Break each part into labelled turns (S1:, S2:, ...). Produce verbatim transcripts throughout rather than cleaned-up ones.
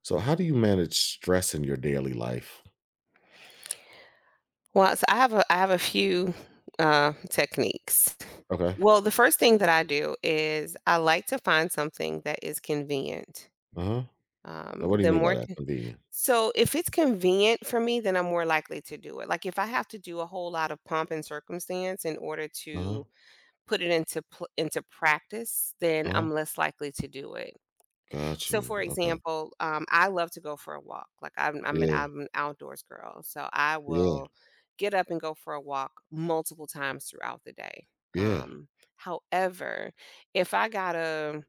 S1: So how do you manage stress in your daily life?
S2: Well, so I have a I have a few, uh, techniques.
S1: Okay.
S2: Well, the first thing that I do is I like to find something that is convenient.
S1: Uh-huh.
S2: Um,
S1: So what do you
S2: the
S1: mean by
S2: more
S1: that?
S2: con
S1: Convenient.
S2: so if it's convenient for me, then I'm more likely to do it. Like, if I have to do a whole lot of pomp and circumstance in order
S1: Uh-huh.
S2: to put it into pl into practice, then
S1: Uh-huh.
S2: I'm less likely to do it.
S1: Got
S2: So,
S1: you.
S2: for
S1: Okay.
S2: example, um, I love to go for a walk. Like I'm, I'm an,
S1: Yeah.
S2: I'm an outdoors girl, so I
S1: Yeah.
S2: will get up and go for a walk multiple times throughout the day.
S1: Yeah.
S2: Um, however, if I gotta,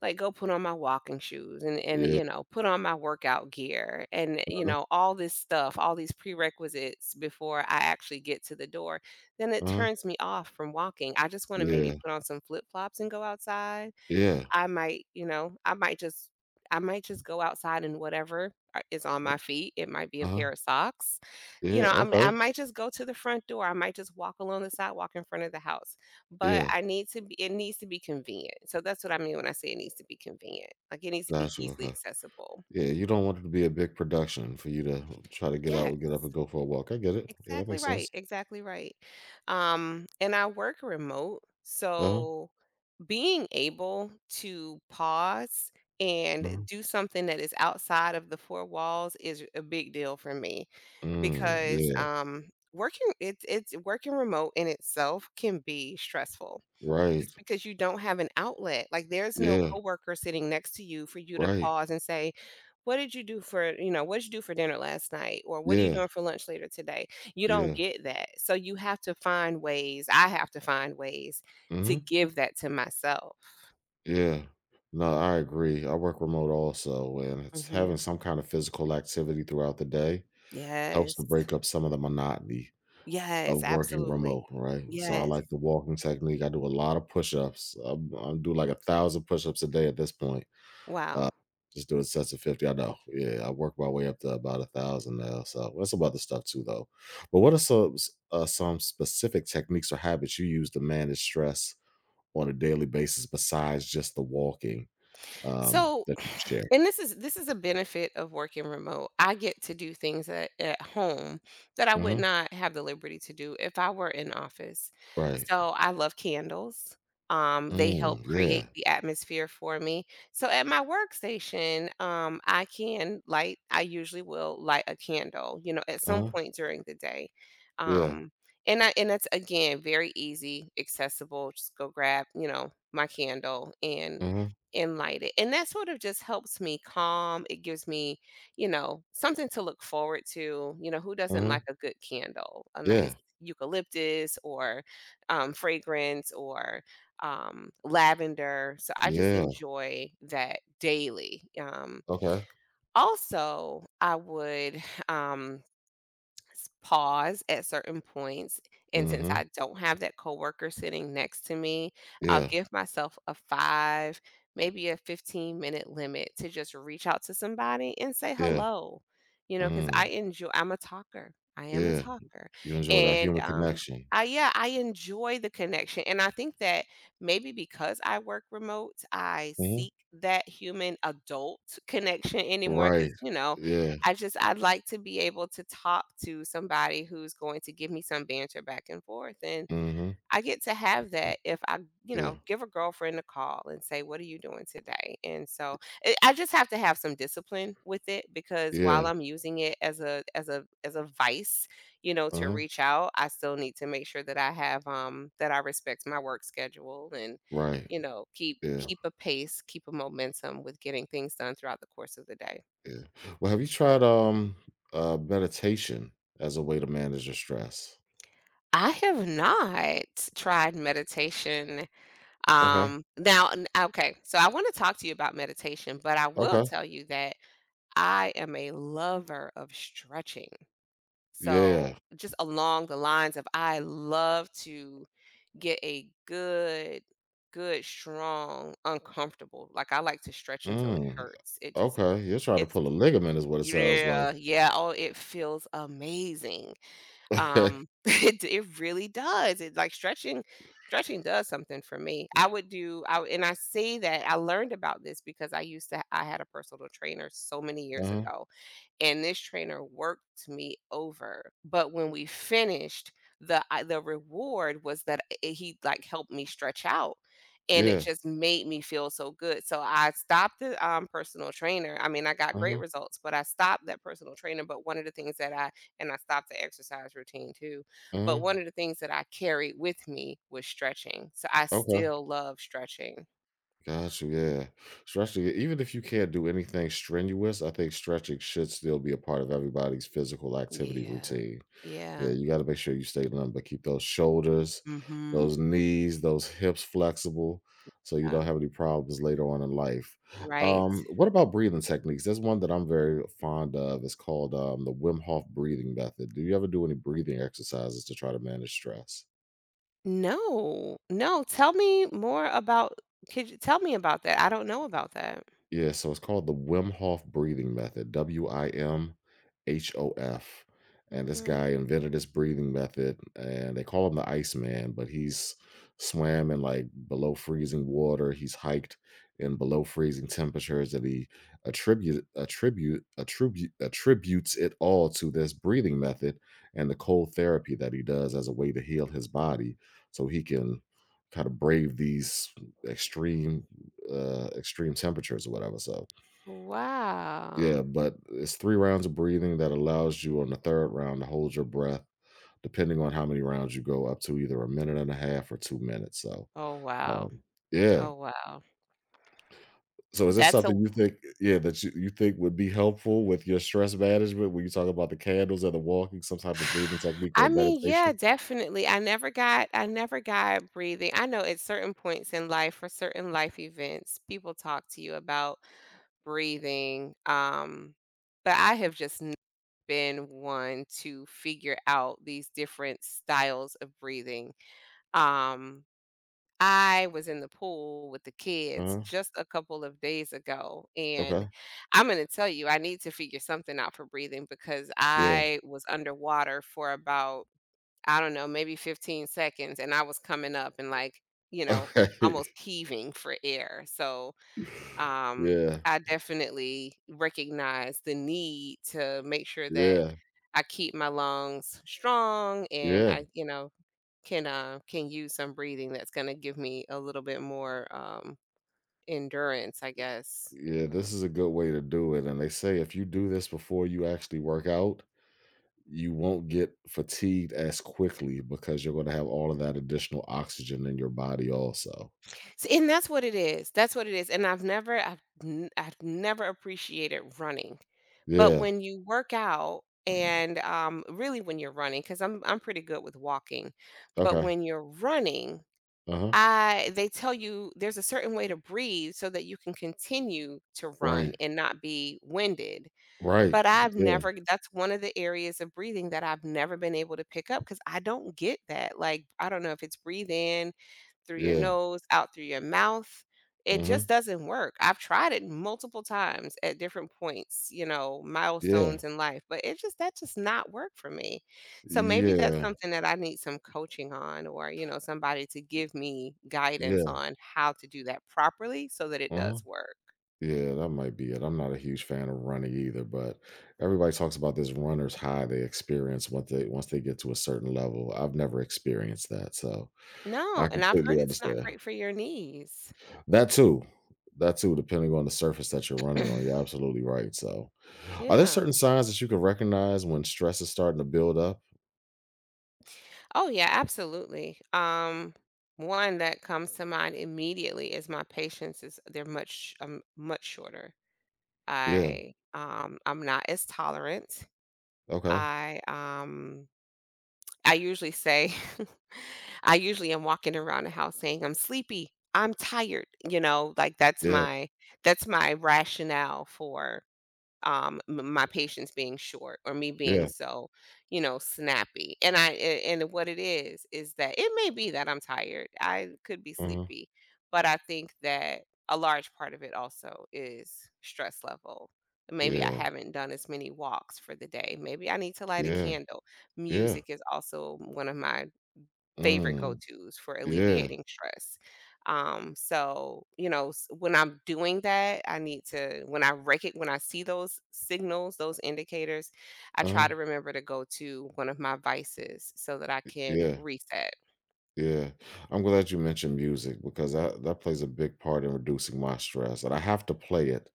S2: like, go put on my walking shoes and and
S1: Yeah.
S2: you know put on my workout gear and you
S1: Uh-huh.
S2: know all this stuff, all these prerequisites before I actually get to the door, then it
S1: Uh-huh.
S2: turns me off from walking. I just want to maybe
S1: Yeah.
S2: put on some flip flops and go outside.
S1: Yeah.
S2: I might, you know, I might just I might just go outside, and whatever uh, is on
S1: Uh,
S2: my feet, it might be a
S1: huh.
S2: pair of socks. You
S1: Yeah.
S2: know, I'm
S1: Okay.
S2: I might just go to the front door. I might just walk along the sidewalk in front of the house. But
S1: Yeah.
S2: I need to be it needs to be convenient. So that's what I mean when I say it needs to be convenient. Like, it needs to be
S1: Got you.
S2: easily
S1: Okay.
S2: accessible.
S1: Yeah. You don't want it to be a big production for you to try to get out, get
S2: Yes.
S1: up and go for a walk. I get it. Yeah, that
S2: Exactly
S1: makes
S2: right.
S1: sense.
S2: Exactly right. Um and I work remote.
S1: Uh huh.
S2: So being able to pause
S1: Uh-huh. Uh-huh.
S2: and do something that is outside of the four walls is a big deal for me,
S1: Mm,
S2: because
S1: yeah.
S2: um working it's it's working remote in itself can be stressful,
S1: Right.
S2: just because you don't have an outlet. Like, there's no
S1: Yeah.
S2: coworker sitting next to you for you to
S1: Right.
S2: pause and say, "What did you do for" you know, "What did you do for dinner last night?" Or, "What are you
S1: Yeah.
S2: doing for lunch later today?" You don't
S1: Yeah.
S2: get that, so you have to find ways I have to find ways to
S1: Mm-hmm.
S2: give that to myself.
S1: Yeah. No, I agree. I work remote also, and it's having
S2: Mhm.
S1: some kind of physical activity throughout the day helps to
S2: Yes.
S1: break up some of the monotony of
S2: Yes,
S1: working
S2: absolutely.
S1: remote, right? So I
S2: Yes.
S1: like the walking technique. I do a lot of push-ups. i I do like a thousand push-ups a day at this point. Uh,
S2: Wow.
S1: just doing sets of fifty. I know. Yeah, I work my way up to about a thousand now. So that's some other stuff too, though. But what are some s- uh, some specific techniques or habits you use to manage stress on a daily basis besides just the walking? Um,
S2: So,
S1: that you could share.
S2: and this is this is a benefit of working remote. I get to do things at, at home that I would
S1: Mhm,
S2: not have the liberty to do if I were in office.
S1: right.
S2: So I love candles. Um, they help
S1: Mm,
S2: create
S1: yeah.
S2: the atmosphere for me. So at my workstation, um, I can light. I usually will light a candle. You know, at some
S1: Uh-huh,
S2: point during the day.
S1: yeah.
S2: Um, and I and that's, again, very easy, accessible. Just go grab, you know my candle and
S1: Uh-huh,
S2: and light it. And that sort of just helps me calm. It gives me, you know, something to look forward to. You know, who doesn't
S1: uh-huh,
S2: like a good candle, a
S1: yeah,
S2: nice eucalyptus or um, fragrance or um, lavender? So I just
S1: yeah,
S2: enjoy that daily. Um,
S1: okay.
S2: also, I would. Um, s pause at certain points, and since
S1: Mhm,
S2: I don't have that coworker sitting next to me, I'll
S1: yeah,
S2: give myself a five, maybe a fifteen-minute limit to just reach out to somebody and say
S1: yeah,
S2: hello, you know, because I
S1: mm,
S2: enjoy I'm a talker, I am a
S1: yeah.
S2: talker,
S1: You enjoy that
S2: and,
S1: human
S2: um,
S1: connection.
S2: I yeah, I enjoy the connection, and I think that maybe because I work remote, I
S1: Mhm,
S2: seek that human adult connection anymore.
S1: right,
S2: Because you know,
S1: yeah,
S2: I just I'd like to be able to talk to somebody who's going to give me some banter back and forth, and
S1: mhm,
S2: I get to have
S1: mm,
S2: that if I, you
S1: yeah,
S2: know, give a girlfriend a call and say, "What are you doing today?" And so it, I just have to have some discipline with it, because
S1: yeah,
S2: while I'm using it as a as a as a vice, you know, to
S1: uh-huh,
S2: reach out, I still need to make sure that I have um that I respect my work schedule and
S1: right,
S2: you know keep
S1: yeah,
S2: keep a pace, keep a momentum with getting things done throughout the course of the day.
S1: yeah. Well, have you tried, um, uh, meditation as a way to manage your stress?
S2: I have not tried meditation.
S1: Okay,
S2: Um, now, n- okay, so I want to talk to you about meditation, but I will
S1: okay,
S2: tell you that I am a lover of stretching.
S1: yeah,
S2: So, just along the lines of, I love to get a good, good, strong, uncomfortable. Like, I like to stretch until it
S1: mm,
S2: hurts. It just,
S1: okay, you're trying to
S2: it's,
S1: pull a ligament is what it sounds like.
S2: yeah, yeah. Oh, it feels amazing. Um, it it really does. It, like, stretching stretching does something for me. I would do I would- and I say that I learned about this because I used to I had a personal trainer so many years
S1: Uh-huh.
S2: ago, and this trainer worked me over. But when we finished, the I the reward was that I he, like, helped me stretch out, and it
S1: Yeah.
S2: just made me feel so good. So I stopped the, um, personal trainer. I mean, I got great
S1: Uh-huh.
S2: results, but I stopped that personal trainer, but one of the things that I and I stopped the exercise routine too, but
S1: Uh-huh.
S2: one of the things that I carried with me was stretching. So I
S1: Okay.
S2: still love stretching.
S1: Got you. Yeah. Stretching, even if you can't do anything strenuous, I think stretching should still be a part of everybody's physical activity
S2: Yeah.
S1: routine. Yeah,
S2: Yeah.
S1: you got to make sure you stay numb, but keep those shoulders, those knees, those hips flexible so you don't
S2: Oh,
S1: have any problems later on in life.
S2: right.
S1: Um, what about breathing techniques? There's one that I'm very fond of. It's called um, the Wim Hof breathing method. Do you ever do any breathing exercises to try to manage stress?
S2: No, no, tell me more about could you tell me about that? I don't know about that.
S1: Yeah, so it's called the Wim Hof breathing method, W I M H O F. And this
S2: Mhm.
S1: guy invented this breathing method, and they call him the Iceman, but he's swam in like below freezing water. He's hiked in below freezing temperatures, and he attribute attribute attribute attributes it all to this breathing method and the cold therapy that he does as a way to heal his body, so he can kind of brave these extreme uh, extreme temperatures or whatever. So yeah,
S2: Wow.
S1: but it's three rounds of breathing that allows you on the third round to hold your breath, depending on how many rounds you go up to, either a minute and a half or two minutes. So
S2: Oh, wow.
S1: um, yeah.
S2: Oh, wow.
S1: So is this
S2: That's
S1: something
S2: a
S1: you think, yeah, that you, you think would be helpful with your stress management when you talk about the candles and the walking, some type of breathing technique or
S2: I mean, yeah,
S1: meditation?
S2: definitely. I never got I never got breathing. I know at certain points in life, for certain life events, people talk to you about breathing, um, but I have just n been one to figure out these different styles of breathing, um I was in the pool with the
S1: Uh
S2: kids
S1: huh.
S2: just a couple of days ago, and
S1: Okay.
S2: I'm gonna tell you, I need to figure something out for breathing, because
S1: Yeah.
S2: I was underwater for about, I don't know, maybe fifteen seconds, and I was coming up and, like, you know, almost
S1: Okay.
S2: heaving for air. So, um,
S1: Yeah.
S2: I definitely recognize the need to make sure
S1: Yeah.
S2: that
S1: Yeah.
S2: I keep my lungs strong, and
S1: Yeah.
S2: I, you know, can uh can use some breathing that's going to give me a little bit more um endurance, I guess.
S1: Yeah,
S2: uh,
S1: this is a good way to do it. And they say if you do this before you actually work out, you won't get fatigued as quickly because you're going to have all of that additional oxygen in your body, also.
S2: s- and that's what it is, that's what it is, and i've never I've, n- I've never appreciated running. But
S1: Yeah.
S2: when you work out
S1: Mhm.
S2: and um really, when you're running, because i'm i'm pretty good with walking, but
S1: Okay.
S2: when you're running,
S1: Uh huh.
S2: I they tell you there's a certain way to breathe so that you can continue to run
S1: Right.
S2: and not be winded.
S1: Right.
S2: But I've
S1: Yeah.
S2: never that's one of the areas of breathing that I've never been able to pick up, because I don't get that. Like, I don't know if it's breathe in through your
S1: Yeah.
S2: nose, out through your mouth.
S1: Uh
S2: It
S1: huh.
S2: just doesn't work. I've tried it multiple times at different points, you know,
S1: Yeah.
S2: milestones in life, but it just that just not work for me. So maybe that's
S1: Yeah.
S2: something that I need some coaching on, or, you know, somebody to give me guidance
S1: Yeah.
S2: on how to do that properly so that it
S1: Uh huh.
S2: does work.
S1: Yeah, that might be it. I'm not a huge fan of running either, but everybody talks about this runner's high they experience once they once they get to a certain level. I've never experienced that, so I
S2: No, and I've
S1: completely
S2: heard it's not
S1: understand.
S2: great for your knees.
S1: That too. That too, depending on the surface that you're running on. You're absolutely right. So, are there
S2: Yeah.
S1: certain signs that you can recognize when stress is starting to build up?
S2: Oh, yeah, absolutely. Um, one that comes to mind immediately is my patience is, they're much um much shorter.
S1: Yeah.
S2: I um I'm not as tolerant.
S1: Okay.
S2: I um I usually say, I usually am walking around the house saying, I'm sleepy, I'm tired, you know, like, that's
S1: Yeah.
S2: my that's my rationale for um m- my patience being short, or me being
S1: Yeah.
S2: so, you know snappy. And i a- and what it is is that it may be that I'm tired, I could be
S1: Uh-huh.
S2: sleepy, but I think that a large part of it also is stress level. Maybe I
S1: Yeah.
S2: haven't done as many walks for the day. Maybe I need to light a
S1: Yeah.
S2: candle.
S1: Yeah.
S2: Music is also one of my favorite
S1: Mm.
S2: go-tos for
S1: Yeah.
S2: alleviating stress. Um, so, you know, s- when I'm doing that, I need to when I rec when I see those signals, those indicators, I
S1: Uh-huh.
S2: try to remember to go to one of my vices so that I can
S1: Yeah.
S2: reset.
S1: Yeah. I'm glad you mentioned music because that, that plays a big part in reducing my stress. And I have to play it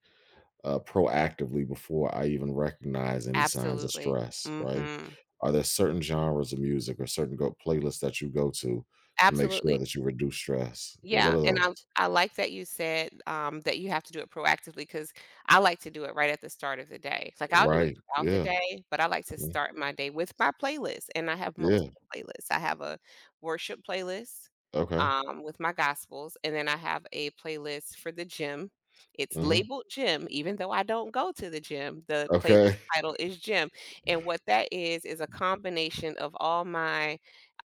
S1: uh, proactively before I even recognize any signs of
S2: Absolutely.
S1: stress, right?
S2: Mhm.
S1: Are there certain genres of music or certain go- playlists that you go to to make sure
S2: Absolutely.
S1: that you reduce stress? Yeah, what
S2: Yeah,
S1: are
S2: and
S1: those?
S2: I I like that you said, um, that you have to do it proactively, because I like to do it right at the start of the day. Like, I'll do it
S1: Right.
S2: throughout the
S1: Yeah.
S2: day, but I like to
S1: Mm,
S2: start my day with my playlist, and I have
S1: yeah.
S2: multiple playlists. I have a worship playlist,
S1: Okay.
S2: um, with my gospels, and then I have a playlist for the gym. It's
S1: Hmm.
S2: labeled gym, even though I don't go to the gym. The
S1: Okay.
S2: playlist title is gym, and what that is, is a combination of all my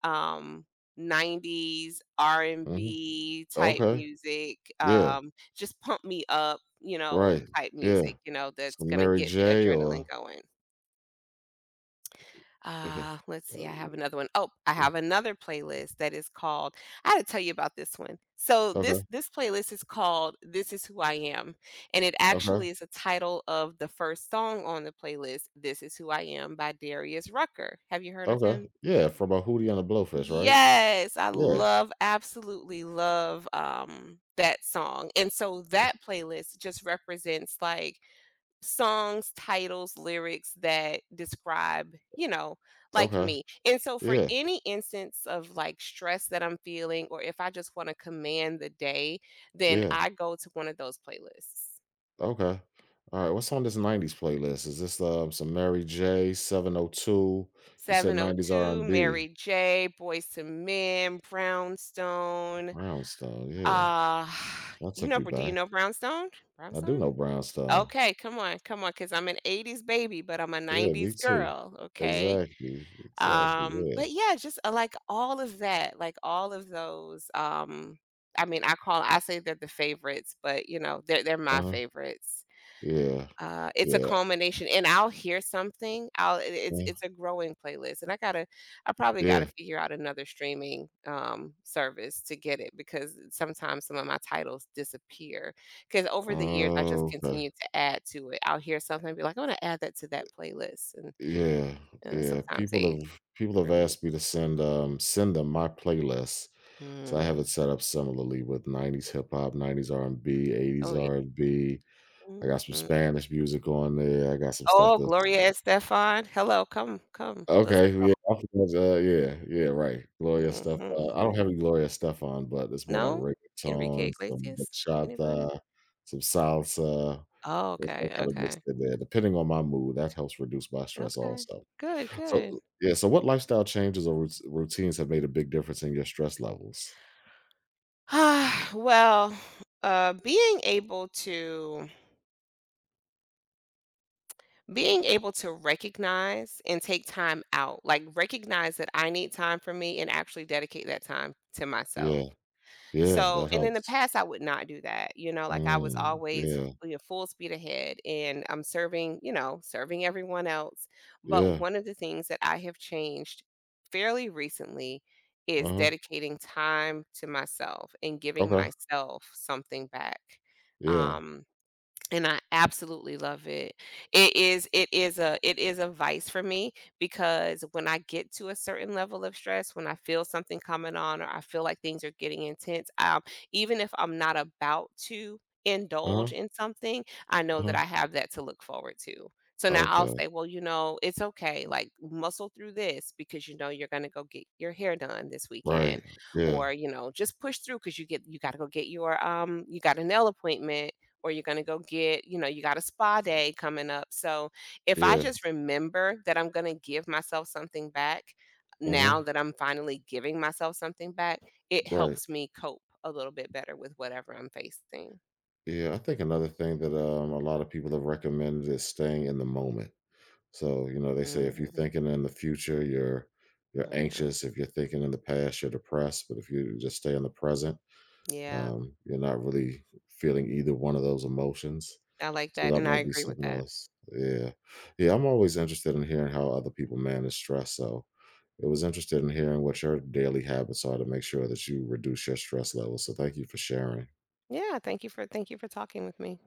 S2: um, nineties
S1: Hmm.
S2: R and B type
S1: Okay.
S2: music,
S1: Yeah.
S2: um, just pump me up, you know,
S1: Right.
S2: type
S1: Yeah.
S2: music, you know, that's
S1: Some
S2: gonna
S1: Mary
S2: get the
S1: J.
S2: adrenaline
S1: or
S2: going.
S1: okay.
S2: Uh, let's see, I
S1: Uh,
S2: have another one. Oh, I
S1: mm,
S2: have another playlist that is called I had to tell you about this one. So this
S1: okay.
S2: this playlist is called This Is Who I Am, and it
S1: Okay.
S2: actually is a title of the first song on the playlist, This Is Who I Am by Darius Rucker. Have you heard of
S1: Okay.
S2: him?
S1: Yeah. From a Hootie and a Blowfish, right?
S2: Yes, I
S1: Yeah.
S2: love absolutely love, um, that song, and so that playlist just represents, like, songs, titles, lyrics that describe, you know, like,
S1: Okay.
S2: me, and so for
S1: Yeah.
S2: any instance of, like, stress that I'm feeling, or if I just wanna command the day, then
S1: Yeah.
S2: I go to one of those playlists.
S1: Okay. All right. What's on this nineties playlist? Is this um, some Mary J. seven oh two? You said nineties
S2: seven oh two,
S1: R and B.
S2: Mary J, Boys to Men, Brownstone.
S1: Brownstone. Yeah,
S2: Uh,
S1: that
S2: you
S1: took
S2: know,
S1: me
S2: do you
S1: back.
S2: know Brownstone?
S1: I do
S2: Brownstone?
S1: know Brownstone.
S2: Okay, come on, come on, because I'm an eighties baby, but I'm a
S1: Yeah, me
S2: nineties
S1: too.
S2: girl, okay?
S1: Exactly. Exactly.
S2: Um,
S1: Yeah.
S2: but yeah, just uh, like, all of that, like, all of those. Um, I mean, I call, I say they're the favorites, but you know, they're they're
S1: Uh
S2: my
S1: huh.
S2: favorites.
S1: Yeah.
S2: Uh, it's a
S1: Yeah.
S2: culmination, and I'll hear something, I'll it it's
S1: uh,
S2: it's a growing playlist, and I gotta I probably gotta
S1: Yeah.
S2: figure out another streaming, um, service to get it, because sometimes some of my titles disappear. Because over the years, I just
S1: Oh, okay.
S2: continue to add to it. I'll hear something and be like, "I wanna add that to that playlist," and,
S1: Yeah.
S2: uh,
S1: Yeah.
S2: sometimes
S1: People
S2: they
S1: have people have
S2: remove.
S1: asked me to send um send them my playlist. So I have it
S2: Mm.
S1: set up similarly with nineties hip hop, nineties R and B, eighties
S2: Oh, yeah.
S1: R and B. I got some
S2: Mhm.
S1: Spanish music on there. I got some stuff
S2: Oh,
S1: that's
S2: Gloria Estefan. Hello, come, come. Let's
S1: okay, yeah, I forgot, uh, yeah, yeah, right. Gloria stuff, uh,
S2: Mhm.
S1: I don't have any Gloria stuff on, but it's more like
S2: No? Enrique
S1: reggaeton, some
S2: Iglesias? Anybody?
S1: bachata, some salsa.
S2: Oh,
S1: It's all
S2: okay,
S1: kinda mixed
S2: okay,
S1: in there, depending on my mood, that helps reduce my stress
S2: okay.
S1: also.
S2: Good,
S1: So
S2: good.
S1: yeah, so what lifestyle changes or rout routines have made a big difference in your stress levels?
S2: Ah well, uh, being able to being able to recognize and take time out, like, recognize that I need time for me and actually dedicate that time to myself.
S1: Yeah, yeah,
S2: So
S1: that
S2: and in the
S1: helps.
S2: past, I would not do that, you know, like, I was
S1: Mm,
S2: always,
S1: yeah,
S2: you know, full speed ahead, and I'm serving, you know, serving everyone else. But
S1: yeah,
S2: one of the things that I have changed fairly recently is
S1: uh-huh,
S2: dedicating time to myself and giving
S1: okay,
S2: myself something back.
S1: yeah,
S2: Um and I absolutely love it. It is it is a it is a vice for me, because when I get to a certain level of stress, when I feel something coming on, or I feel like things are getting intense, um, even if I'm not about to indulge
S1: uh-huh,
S2: in something, I know that
S1: uh-huh,
S2: I have that to look forward to. So now I'll
S1: okay.
S2: say, well, you know, it's okay. Like, muscle through this, because you know you're gonna go get your hair done this weekend,
S1: Right. Yeah.
S2: or, you know, just push through, because you get you gotta go get your, um you got a nail appointment, or you're gonna go get you know, you got a spa day coming up. So, if I
S1: Yeah.
S2: just remember that I'm gonna give myself something back,
S1: Mhm.
S2: now that I'm finally giving myself something back, it
S1: Right.
S2: helps me cope a little bit better with whatever I'm facing.
S1: Yeah, I think another thing that, um, a lot of people have recommended is staying in the moment. So, you know, they say if you're
S2: Mhm,
S1: thinking in the future, you're you're
S2: mhm.
S1: anxious. If you're thinking in the past, you're depressed. But if you just stay in the present,
S2: Yeah,
S1: um, you're not really feeling either one of those emotions.
S2: I like
S1: So
S2: that,
S1: that
S2: and I
S1: might be
S2: agree with
S1: something
S2: that.
S1: else. Yeah. Yeah, I'm always interested in hearing how other people manage stress. So it was interested in hearing what your daily habits are to make sure that you reduce your stress levels. So thank you for sharing.
S2: Yeah, thank you for thank you for talking with me.